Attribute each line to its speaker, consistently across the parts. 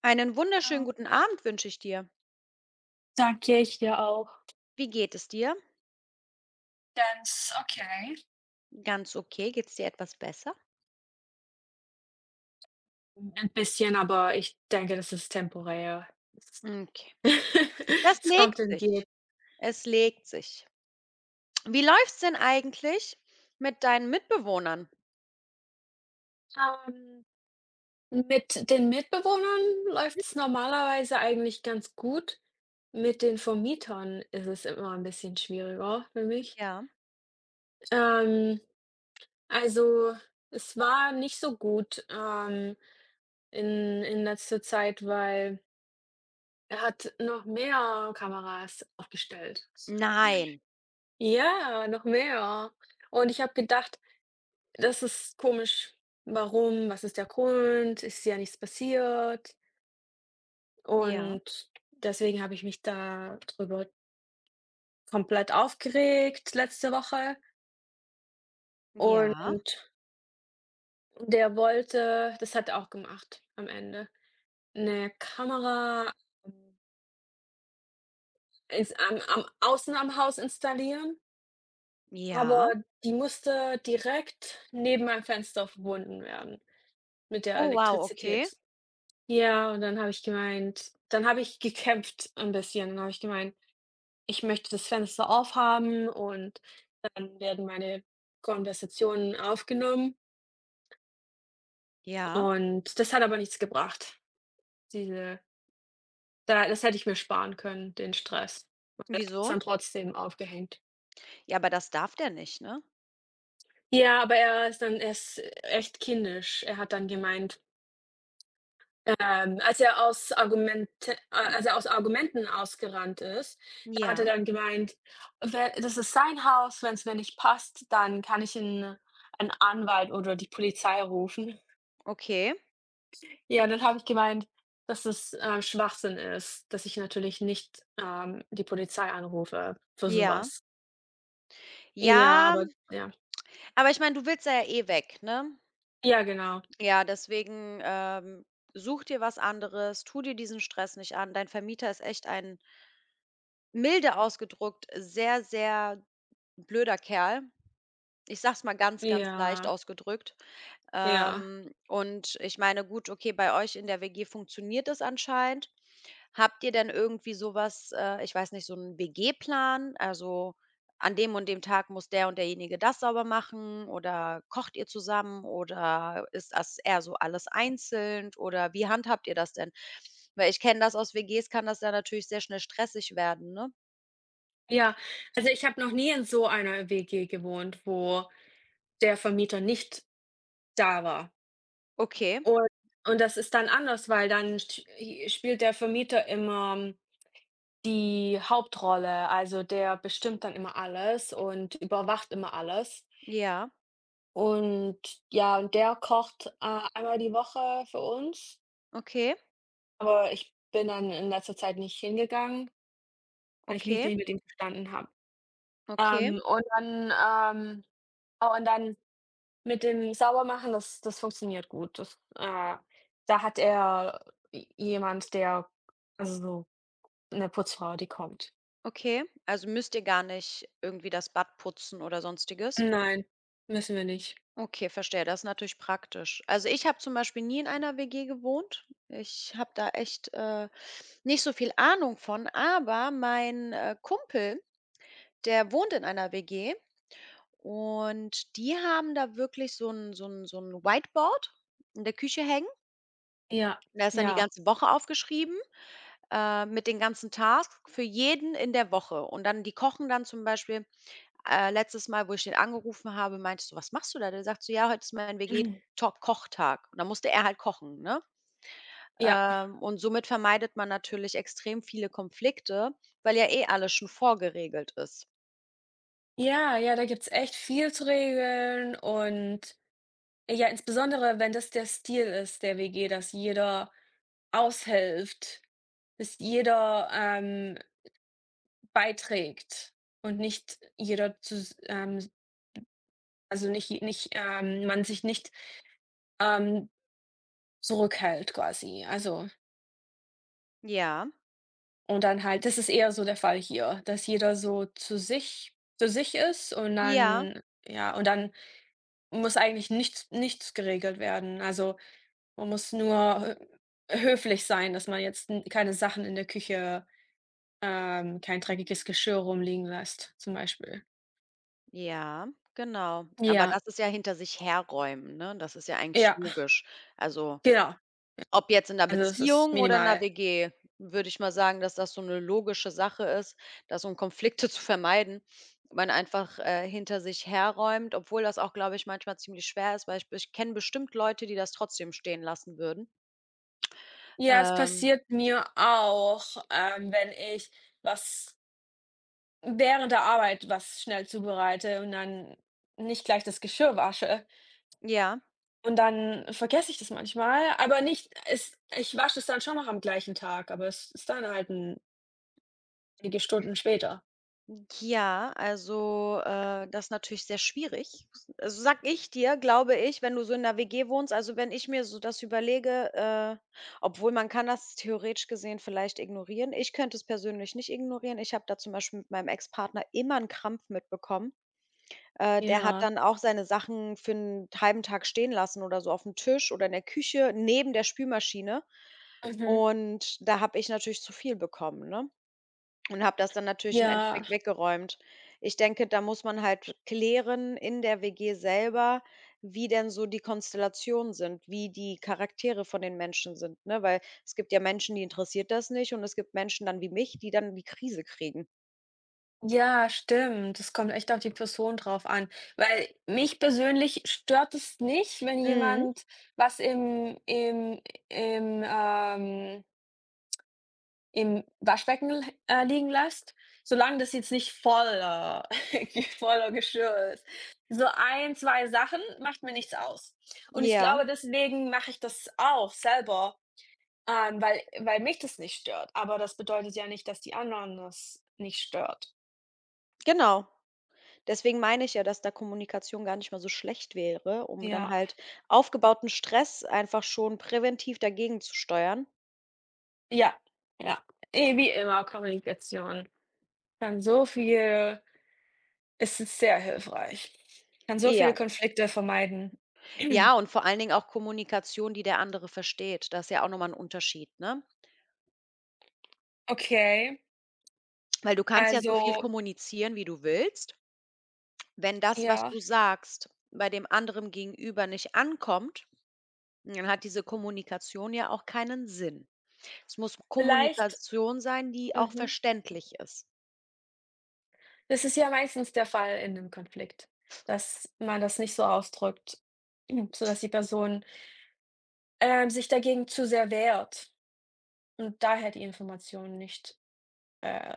Speaker 1: Einen wunderschönen
Speaker 2: Ja,
Speaker 1: guten Abend wünsche ich dir.
Speaker 2: danke, ich dir auch.
Speaker 1: Wie geht es dir?
Speaker 2: Ganz okay.
Speaker 1: Ganz okay. Geht es dir etwas besser?
Speaker 2: Ein bisschen, aber ich denke, das ist temporär. Es
Speaker 1: Okay. Das
Speaker 2: es kommt
Speaker 1: legt
Speaker 2: und
Speaker 1: sich.
Speaker 2: geht.
Speaker 1: Es legt sich. Wie läuft's denn eigentlich mit deinen Mitbewohnern?
Speaker 2: Ähm, mit den Mitbewohnern läuft es normalerweise eigentlich ganz gut. Mit den Vermietern ist es immer ein bisschen schwieriger für mich.
Speaker 1: Ja.
Speaker 2: Ähm, also, es war nicht so gut, in letzter Zeit, weil er hat noch mehr Kameras aufgestellt.
Speaker 1: Nein.
Speaker 2: Ja, noch mehr. Und ich habe gedacht: „Das ist komisch. Warum? Was ist der Grund? Ist ja nichts passiert.“
Speaker 1: Ja.
Speaker 2: Und deswegen habe ich mich da drüber komplett aufgeregt letzte Woche.
Speaker 1: Ja.
Speaker 2: Und der wollte das hat er auch gemacht am Ende, eine Kamera, ähm, ins am außen am Haus installieren, aber
Speaker 1: Ja.
Speaker 2: die musste direkt neben meinem Fenster verbunden werden mit der
Speaker 1: Oh, wow, okay.
Speaker 2: Elektrizität. Ja, und dann habe ich gemeint dann habe ich gekämpft ein bisschen. Dann habe ich gemeint: „Ich möchte das Fenster aufhaben“ und dann werden meine Konversationen aufgenommen
Speaker 1: Ja.
Speaker 2: und das hat aber nichts gebracht. Diese da das hätte ich mir sparen können, den Stress. Hat's
Speaker 1: Wieso?
Speaker 2: dann trotzdem aufgehängt.
Speaker 1: Ja, aber das darf der nicht, ne?
Speaker 2: Ja, aber er ist dann er ist echt kindisch. Er hat dann gemeint als er aus Argumente als er aus Argumenten ausgerannt ist, da hat er
Speaker 1: Ja,
Speaker 2: dann gemeint, we das ist sein Haus, wenn es mir nicht passt, dann kann ich einen 'n Anwalt oder die Polizei rufen.
Speaker 1: okay.
Speaker 2: Ja, dann habe ich gemeint, dass es, Schwachsinn ist, dass ich natürlich nicht, die Polizei anrufe für so
Speaker 1: Ja.
Speaker 2: was. Ja,
Speaker 1: Ja,
Speaker 2: aber ja.
Speaker 1: aber ich meine, du willst ja eh weg, ne?
Speaker 2: Ja, genau.
Speaker 1: Ja, deswegen, such dir was anderes, tu dir diesen Stress nicht an. Dein Vermieter ist echt ein milde ausgedrückt sehr, sehr blöder Kerl. Ich sag's mal ganz, ganz leicht
Speaker 2: Ja,
Speaker 1: ausgedrückt.
Speaker 2: ja,
Speaker 1: Und ich meine, gut, okay, bei euch in der WG funktioniert es anscheinend. Habt ihr denn irgendwie so was ich weiß nicht, so 'n WG-Plan? Also, an dem und dem Tag muss der und derjenige das sauber machen oder kocht ihr zusammen oder ist das eher so alles einzeln oder wie handhabt ihr das denn? Weil ich kenne das aus WGs, kann das ja natürlich sehr schnell stressig werden, ne?
Speaker 2: ja. Also, ich habe noch nie in so einer WG gewohnt, wo der Vermieter nicht da war.
Speaker 1: Okay,
Speaker 2: Und und das ist dann anders, weil dann st i spielt der Vermieter immer die Hauptrolle. Also, der bestimmt dann immer alles und überwacht immer alles.
Speaker 1: ja,
Speaker 2: Und ja, und der kocht, einmal die Woche für uns,
Speaker 1: okay,
Speaker 2: aber ich bin dann in letzter Zeit nicht hingegangen, weil ich mich
Speaker 1: okay,
Speaker 2: nicht mit ihm verstanden habe.
Speaker 1: okay,
Speaker 2: Und dann, ähm oh, und dann mit dem Saubermachen, das funktioniert gut. Das, da hat er j jemand, der also, so 'ne Putzfrau, die kommt.
Speaker 1: okay. Also, müsst ihr gar nicht irgendwie das Bad putzen oder Sonstiges?
Speaker 2: Nein, müssen wir nicht.
Speaker 1: Okay, verstehe. Das ist natürlich praktisch. Also ich habe zum Beispiel nie in einer WG gewohnt. Ich habe da echt nicht so viel Ahnung von, aber mein Kumpel, der wohnt in einer WG und die haben da wirklich so ein Whiteboard in der Küche hängen.
Speaker 2: Ja,
Speaker 1: Da ist dann die
Speaker 2: ja.
Speaker 1: ganze Woche aufgeschrieben mit den ganzen Tasks für jeden in der Woche. Und dann, die kochen dann zum Beispiel letztes Mal, wo ich den angerufen habe, meinte ich so: „Was machst du da?“ Der sagt so: „Ja, heute ist mein WG-Top-Kochtag.“ Und dann musste er halt kochen, ne?
Speaker 2: Ja.
Speaker 1: Und somit vermeidet man natürlich extrem viele Konflikte, weil ja eh alles schon vorgeregelt ist.
Speaker 2: Ja, ja, da gibt's echt viel zu regeln und ja, insbesondere, wenn das der Stil ist der WG, dass jeder aushilft, dass jeder, beiträgt und nicht jeder zus also nicht nicht, man sich nicht, ähm, zurückhält quasi. Also
Speaker 1: Ja,
Speaker 2: und dann halt das ist eher so der Fall hier, dass jeder so zu sich ist und
Speaker 1: ja,
Speaker 2: dann ja, und dann muss eigentlich nichts geregelt werden. Also, man muss nur hö höflich sein, dass man jetzt n keine Sachen in der Küche kein dreckiges Geschirr rumliegen lässt, zum Beispiel.
Speaker 1: ja, genau. Aber
Speaker 2: Ja,
Speaker 1: das ist ja hinter sich herräumen, ne? Das ist ja eigentlich
Speaker 2: ja,
Speaker 1: logisch. Also,
Speaker 2: genau.
Speaker 1: ob jetzt in der
Speaker 2: Also, es ist
Speaker 1: Beziehung oder in 'ner
Speaker 2: minimal.
Speaker 1: WG, würde ich mal sagen, dass das so 'ne logische Sache ist, dass um Konflikte zu vermeiden, man einfach, hinter sich herräumt, obwohl das auch, glaube ich, manchmal ziemlich schwer ist, weil ich kenne bestimmt Leute, die das trotzdem stehen lassen würden.
Speaker 2: Ja, es
Speaker 1: Ähm,
Speaker 2: passiert mir auch, wenn ich was während der Arbeit was schnell zubereite und dann nicht gleich das Geschirr wasche.
Speaker 1: ja.
Speaker 2: Und dann vergesse ich das manchmal, aber nicht es ich wasche es dann schon noch am gleichen Tag, aber es ist dann halt 'n einige Stunden später.
Speaker 1: Ja, also, das ist natürlich sehr schwierig. Also, sage ich dir, glaube ich, wenn du so in 'ner WG wohnst also, wenn ich mir so das überlege, obwohl man kann das theoretisch gesehen vielleicht ignorieren. Ich könnte es persönlich nicht ignorieren. Ich habe da zum Beispiel mit meinem Ex-Partner immer einen Krampf mitbekommen. Der hat
Speaker 2: Ja,
Speaker 1: dann auch seine Sachen für einen halben Tag stehen lassen oder so auf dem Tisch oder in der Küche neben der Spülmaschine.
Speaker 2: mhm.
Speaker 1: Und da habe ich natürlich zu viel bekommen, ne? Und habe das dann natürlich im
Speaker 2: Ja,
Speaker 1: Endeffekt weggeräumt. Ich denke, da muss man halt klären in der WG selber, wie denn so die Konstellationen sind, wie die Charaktere von den Menschen sind, ne? Weil es gibt ja Menschen, die interessiert das nicht und es gibt Menschen dann wie mich, die dann die Krise kriegen.
Speaker 2: ja, stimmt. Das kommt echt auf die Person drauf an, weil mich persönlich stört es nicht, wenn
Speaker 1: Mhm.
Speaker 2: jemand was im im, im Waschbecken l liegen lässt, solange das jetzt nicht voller voller Geschirr ist. So ein 2 Sachen macht mir nichts aus. Und ich
Speaker 1: Ja,
Speaker 2: glaube, deswegen mache ich das auch selber, weil mich das nicht stört. Aber das bedeutet ja nicht, dass die anderen das nicht stört.
Speaker 1: genau. Deswegen meine ich ja, dass da Kommunikation gar nicht mal so schlecht wäre, um dann
Speaker 2: Ja,
Speaker 1: halt aufgebauten Stress einfach schon präventiv dagegen zu steuern.
Speaker 2: ja, ja. Eh, wie immer Kommunikation kann so viel es ist sehr hilfreich. Kann so viele
Speaker 1: Ja.
Speaker 2: Konflikte vermeiden.
Speaker 1: Ja, und vor allen Dingen auch Kommunikation, die der andere versteht. Das ist ja auch noch mal 'n Unterschied, ne?
Speaker 2: Okay,
Speaker 1: Weil du kannst ja so viel
Speaker 2: also
Speaker 1: kommunizieren, wie du willst. Wenn das, was
Speaker 2: ja,
Speaker 1: du sagst, bei dem anderen Gegenüber nicht ankommt, dann hat diese Kommunikation ja auch keinen Sinn. Es muss
Speaker 2: vielleicht
Speaker 1: Kommunikation sein, die auch
Speaker 2: mhm.
Speaker 1: verständlich ist.
Speaker 2: Das ist ja meistens der Fall in 'nem Konflikt, dass man das nicht so ausdrückt, sodass die Person, sich dagegen zu sehr wehrt und daher die Information nicht, äh,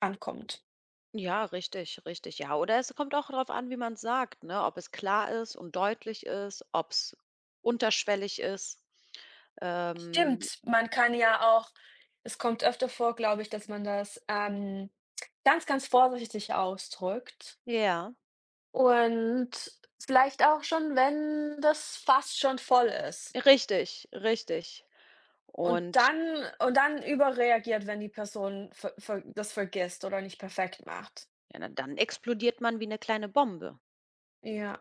Speaker 2: ankommt.
Speaker 1: Ja, richtig, richtig. Ja, oder es kommt auch darauf an, wie man es sagt, ne? Ob es klar ist und deutlich ist, ob es unterschwellig ist. Ähm,
Speaker 2: Stimmt, man kann ja auch es kommt öfter vor, glaube ich, dass man das, ganz, ganz vorsichtig ausdrückt
Speaker 1: ja.
Speaker 2: und vielleicht auch schon, wenn das Fass schon voll ist.
Speaker 1: Richtig, richtig.
Speaker 2: Und
Speaker 1: Und
Speaker 2: dann überreagiert, wenn die Person ver ver das vergisst oder nicht perfekt macht.
Speaker 1: ja, na dann explodiert man wie eine kleine Bombe.
Speaker 2: Ja,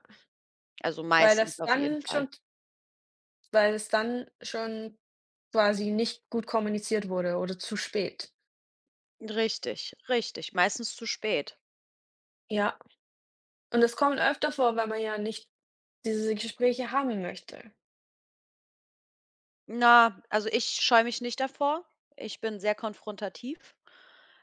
Speaker 1: Also,
Speaker 2: weil
Speaker 1: meistens
Speaker 2: das
Speaker 1: auf jeden
Speaker 2: dann
Speaker 1: Fall.
Speaker 2: schon weil es dann schon quasi nicht gut kommuniziert wurde oder zu spät.
Speaker 1: Richtig, richtig, meistens zu spät.
Speaker 2: Ja, und das kommt öfter vor, weil man ja nicht diese Gespräche haben möchte.
Speaker 1: Na, also, ich scheue mich nicht davor. Ich bin sehr konfrontativ.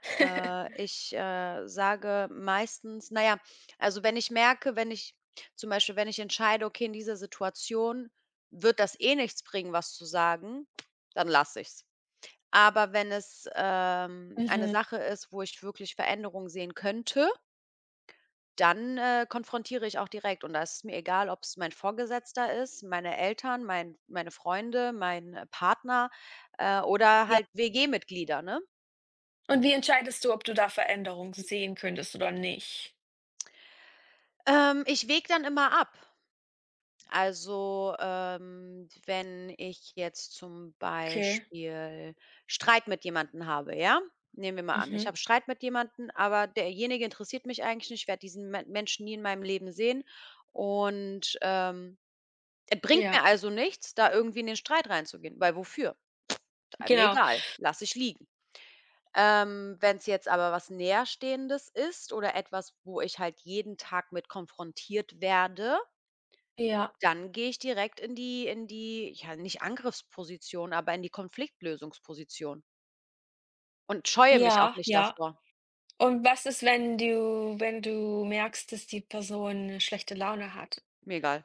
Speaker 1: Ich, sage meistens na ja, also, wenn ich merke, wenn ich zum Beispiel, wenn ich entscheide: „Okay, in dieser Situation wird das eh nichts bringen, was zu sagen“, dann lasse ich's. Aber wenn es, eine
Speaker 2: Mhm.
Speaker 1: Sache ist, wo ich wirklich Veränderungen sehen könnte, dann, konfrontiere ich auch direkt und da ist es mir egal, ob es mein Vorgesetzter ist, meine Eltern, meine Freunde, mein, Partner, oder
Speaker 2: Ja.
Speaker 1: halt WG-Mitglieder, ne?
Speaker 2: Und wie entscheidest du, ob du da Veränderung sehen könntest oder nicht?
Speaker 1: Ich wäge dann immer ab. Also, wenn ich jetzt zum
Speaker 2: Okay.
Speaker 1: Beispiel Streit mit jemandem habe, ja? Nehmen wir mal an, ich
Speaker 2: Mhm.
Speaker 1: habe Streit mit jemandem, aber derjenige interessiert mich eigentlich nicht, ich werde diesen Me Menschen nie in meinem Leben sehen und, es bringt mir
Speaker 2: Ja,
Speaker 1: also nichts, da irgendwie in den Streit reinzugehen, weil wofür? Ist mir
Speaker 2: genau.
Speaker 1: egal, lasse ich liegen. Wenn es jetzt aber was Näherstehendes ist oder etwas, wo ich halt jeden Tag mit konfrontiert werde
Speaker 2: Ja,
Speaker 1: dann gehe ich direkt in die ja, nicht Angriffsposition, aber in die Konfliktlösungsposition und scheue mich auch
Speaker 2: ja,
Speaker 1: nicht
Speaker 2: ja.
Speaker 1: davor.
Speaker 2: Und was ist, wenn du wenn du merkst, dass die Person 'ne schlechte Laune hat?
Speaker 1: Mir egal.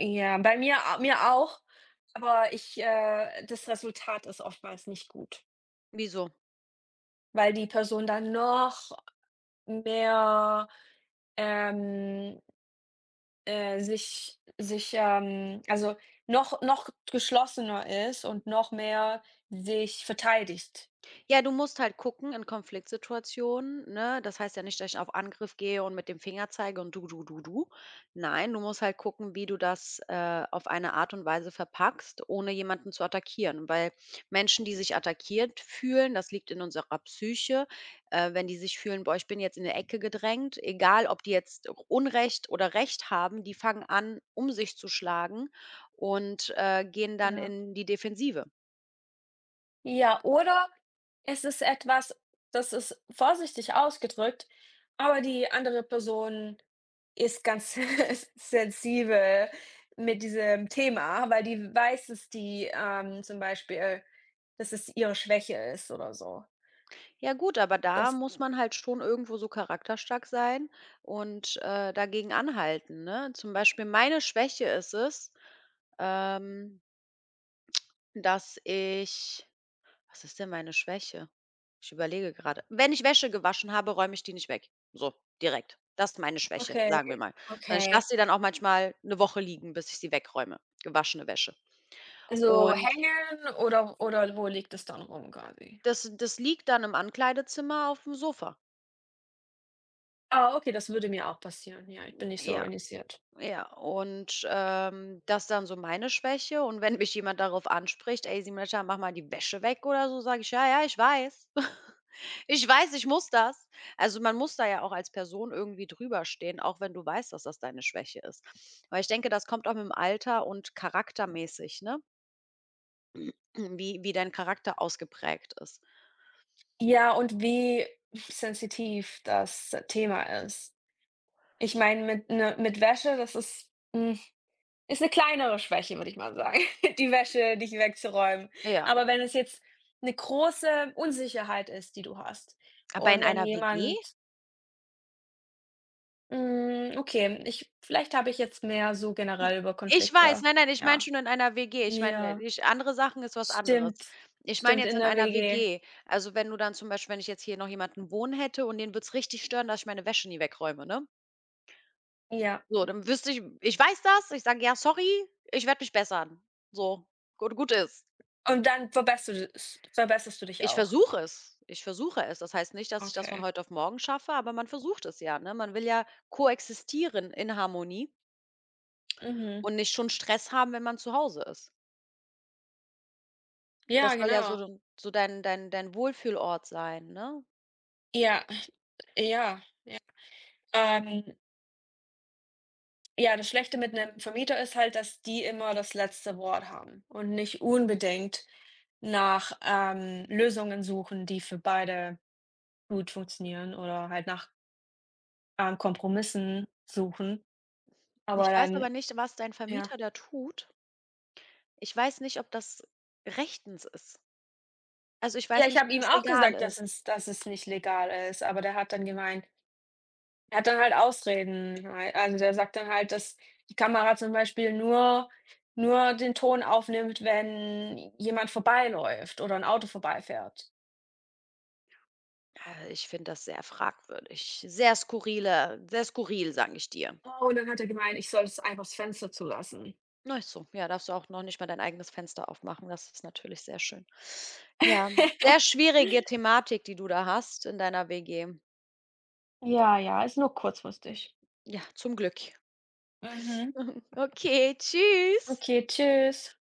Speaker 2: Ja, bei mir a mir auch, aber ich das Resultat ist oftmals nicht gut,
Speaker 1: Wieso?
Speaker 2: weil die Person dann noch mehr, ähm, also, noch geschlossener ist und noch mehr sich verteidigt.
Speaker 1: Ja, du musst halt gucken in Konfliktsituationen, ne? Das heißt ja nicht, dass ich auf Angriff gehe und mit dem Finger zeige und du, du, du, du. Nein, du musst halt gucken, wie du das auf eine Art und Weise verpackst, ohne jemanden zu attackieren. Weil Menschen, die sich attackiert fühlen, das liegt in unserer Psyche, wenn die sich fühlen, boah, ich bin jetzt in eine Ecke gedrängt, egal ob die jetzt Unrecht oder Recht haben, die fangen an, um sich zu schlagen und gehen dann
Speaker 2: Ja.
Speaker 1: in die Defensive.
Speaker 2: Ja, oder es ist etwas, das ist vorsichtig ausgedrückt, aber die andere Person ist ganz sensibel mit diesem Thema, weil die weiß, dass die, zum Beispiel dass es ihre Schwäche ist oder so.
Speaker 1: Ja gut, aber da
Speaker 2: Das
Speaker 1: muss man halt schon irgendwo so charakterstark sein und, dagegen anhalten, ne? Zum Beispiel meine Schwäche ist es, ähm, dass ich was ist denn meine Schwäche? Ich überlege gerade. Wenn ich Wäsche gewaschen habe, räume ich die nicht weg. So, direkt. Das ist meine Schwäche,
Speaker 2: okay,
Speaker 1: sagen wir mal. Ich
Speaker 2: okay.
Speaker 1: lasse sie dann auch manchmal eine Woche liegen, bis ich sie wegräume, gewaschene Wäsche.
Speaker 2: Also
Speaker 1: Und
Speaker 2: hängen oder wo liegt es dann rum quasi?
Speaker 1: das liegt dann im Ankleidezimmer auf dem Sofa.
Speaker 2: Ah, okay, das würde mir auch passieren. Ja, ich bin nicht so
Speaker 1: Ja.
Speaker 2: organisiert.
Speaker 1: Ja, und, das ist dann so meine Schwäche und wenn mich jemand darauf anspricht: „Ey, Simonetta, mach mal die Wäsche weg“ oder so, sage ich: „Ja, ja, ich weiß. Ich weiß, ich muss das.“ Also, man muss da ja auch als Person irgendwie drüber stehen, auch wenn du weißt, dass das deine Schwäche ist. Aber ich denke, das kommt auch mit dem Alter und charaktermäßig, ne, wie dein Charakter ausgeprägt ist.
Speaker 2: Ja, und wie sensitiv das Thema ist. Ich meine, mit 'ne mit Wäsche, das ist hm ist 'ne kleinere Schwäche, würde ich mal sagen, die Wäsche nicht wegzuräumen.
Speaker 1: Ja,
Speaker 2: Aber wenn es jetzt 'ne große Unsicherheit ist, die du hast
Speaker 1: aber in
Speaker 2: und dann
Speaker 1: einer WG
Speaker 2: jemand hm, okay, ich vielleicht habe ich jetzt mehr so generell über
Speaker 1: Ich weiß,
Speaker 2: Konflikte.
Speaker 1: nein, nein, ich meine
Speaker 2: Ja.
Speaker 1: schon in einer WG. Ich meine,
Speaker 2: Ja,
Speaker 1: ich andere Sachen ist was anderes.
Speaker 2: stimmt.
Speaker 1: Ich meine
Speaker 2: Stimmt,
Speaker 1: jetzt
Speaker 2: in
Speaker 1: in
Speaker 2: der
Speaker 1: einer
Speaker 2: WG.
Speaker 1: WG. Also, wenn du dann zum Beispiel wenn ich jetzt hier noch jemanden wohnen hätte und den würde es richtig stören, dass ich meine Wäsche nie wegräume, ne?
Speaker 2: Ja.
Speaker 1: So, dann wüsste ich weiß das, ich sage: „Ja, sorry, ich werde mich bessern.“ So, gut ist.
Speaker 2: Und dann verbesserst du dich
Speaker 1: Ich
Speaker 2: auch.
Speaker 1: versuche es. Ich versuche es. Das heißt nicht, dass ich das von
Speaker 2: Okay.
Speaker 1: heute auf morgen schaffe, aber man versucht es ja, ne? Man will ja koexistieren in Harmonie
Speaker 2: Mhm.
Speaker 1: und nicht schon Stress haben, wenn man zu Hause ist. Das
Speaker 2: Ja,
Speaker 1: soll ja so
Speaker 2: genau.
Speaker 1: d so dein dein dein Wohlfühlort sein, ne?
Speaker 2: Ja, ja. Ähm Ja, das Schlechte mit 'nem Vermieter ist halt, dass die immer das letzte Wort haben und nicht unbedingt nach, Lösungen suchen, die für beide gut funktionieren oder halt nach, Kompromissen suchen. Aber
Speaker 1: Ich weiß
Speaker 2: dann
Speaker 1: aber nicht, was dein
Speaker 2: ja.
Speaker 1: Vermieter da tut. Ich weiß nicht, ob das rechtens ist. Also, ich
Speaker 2: Ja,
Speaker 1: weiß
Speaker 2: ich
Speaker 1: nicht, ob
Speaker 2: habe ihm
Speaker 1: das
Speaker 2: auch
Speaker 1: legal
Speaker 2: gesagt,
Speaker 1: ist.
Speaker 2: dass es nicht legal ist, aber der hat dann gemeint er hat dann halt Ausreden halt. Also, der sagt dann halt, dass die Kamera zum Beispiel nur den Ton aufnimmt, wenn jemand vorbeiläuft oder ein Auto vorbeifährt.
Speaker 1: Ich finde das sehr fragwürdig. Sehr skurril, sage ich dir.
Speaker 2: Oh, und dann hat er gemeint, ich soll es einfach das Fenster zulassen.
Speaker 1: Na ist so, ja, darfst du auch noch nicht mal dein eigenes Fenster aufmachen. Das ist natürlich sehr schön. Ja, sehr schwierige Thematik, die du da hast in deiner WG.
Speaker 2: Ja, ja, ist nur kurzfristig.
Speaker 1: Ja, zum Glück.
Speaker 2: Mhm.
Speaker 1: Okay, tschüss.
Speaker 2: Okay, tschüss.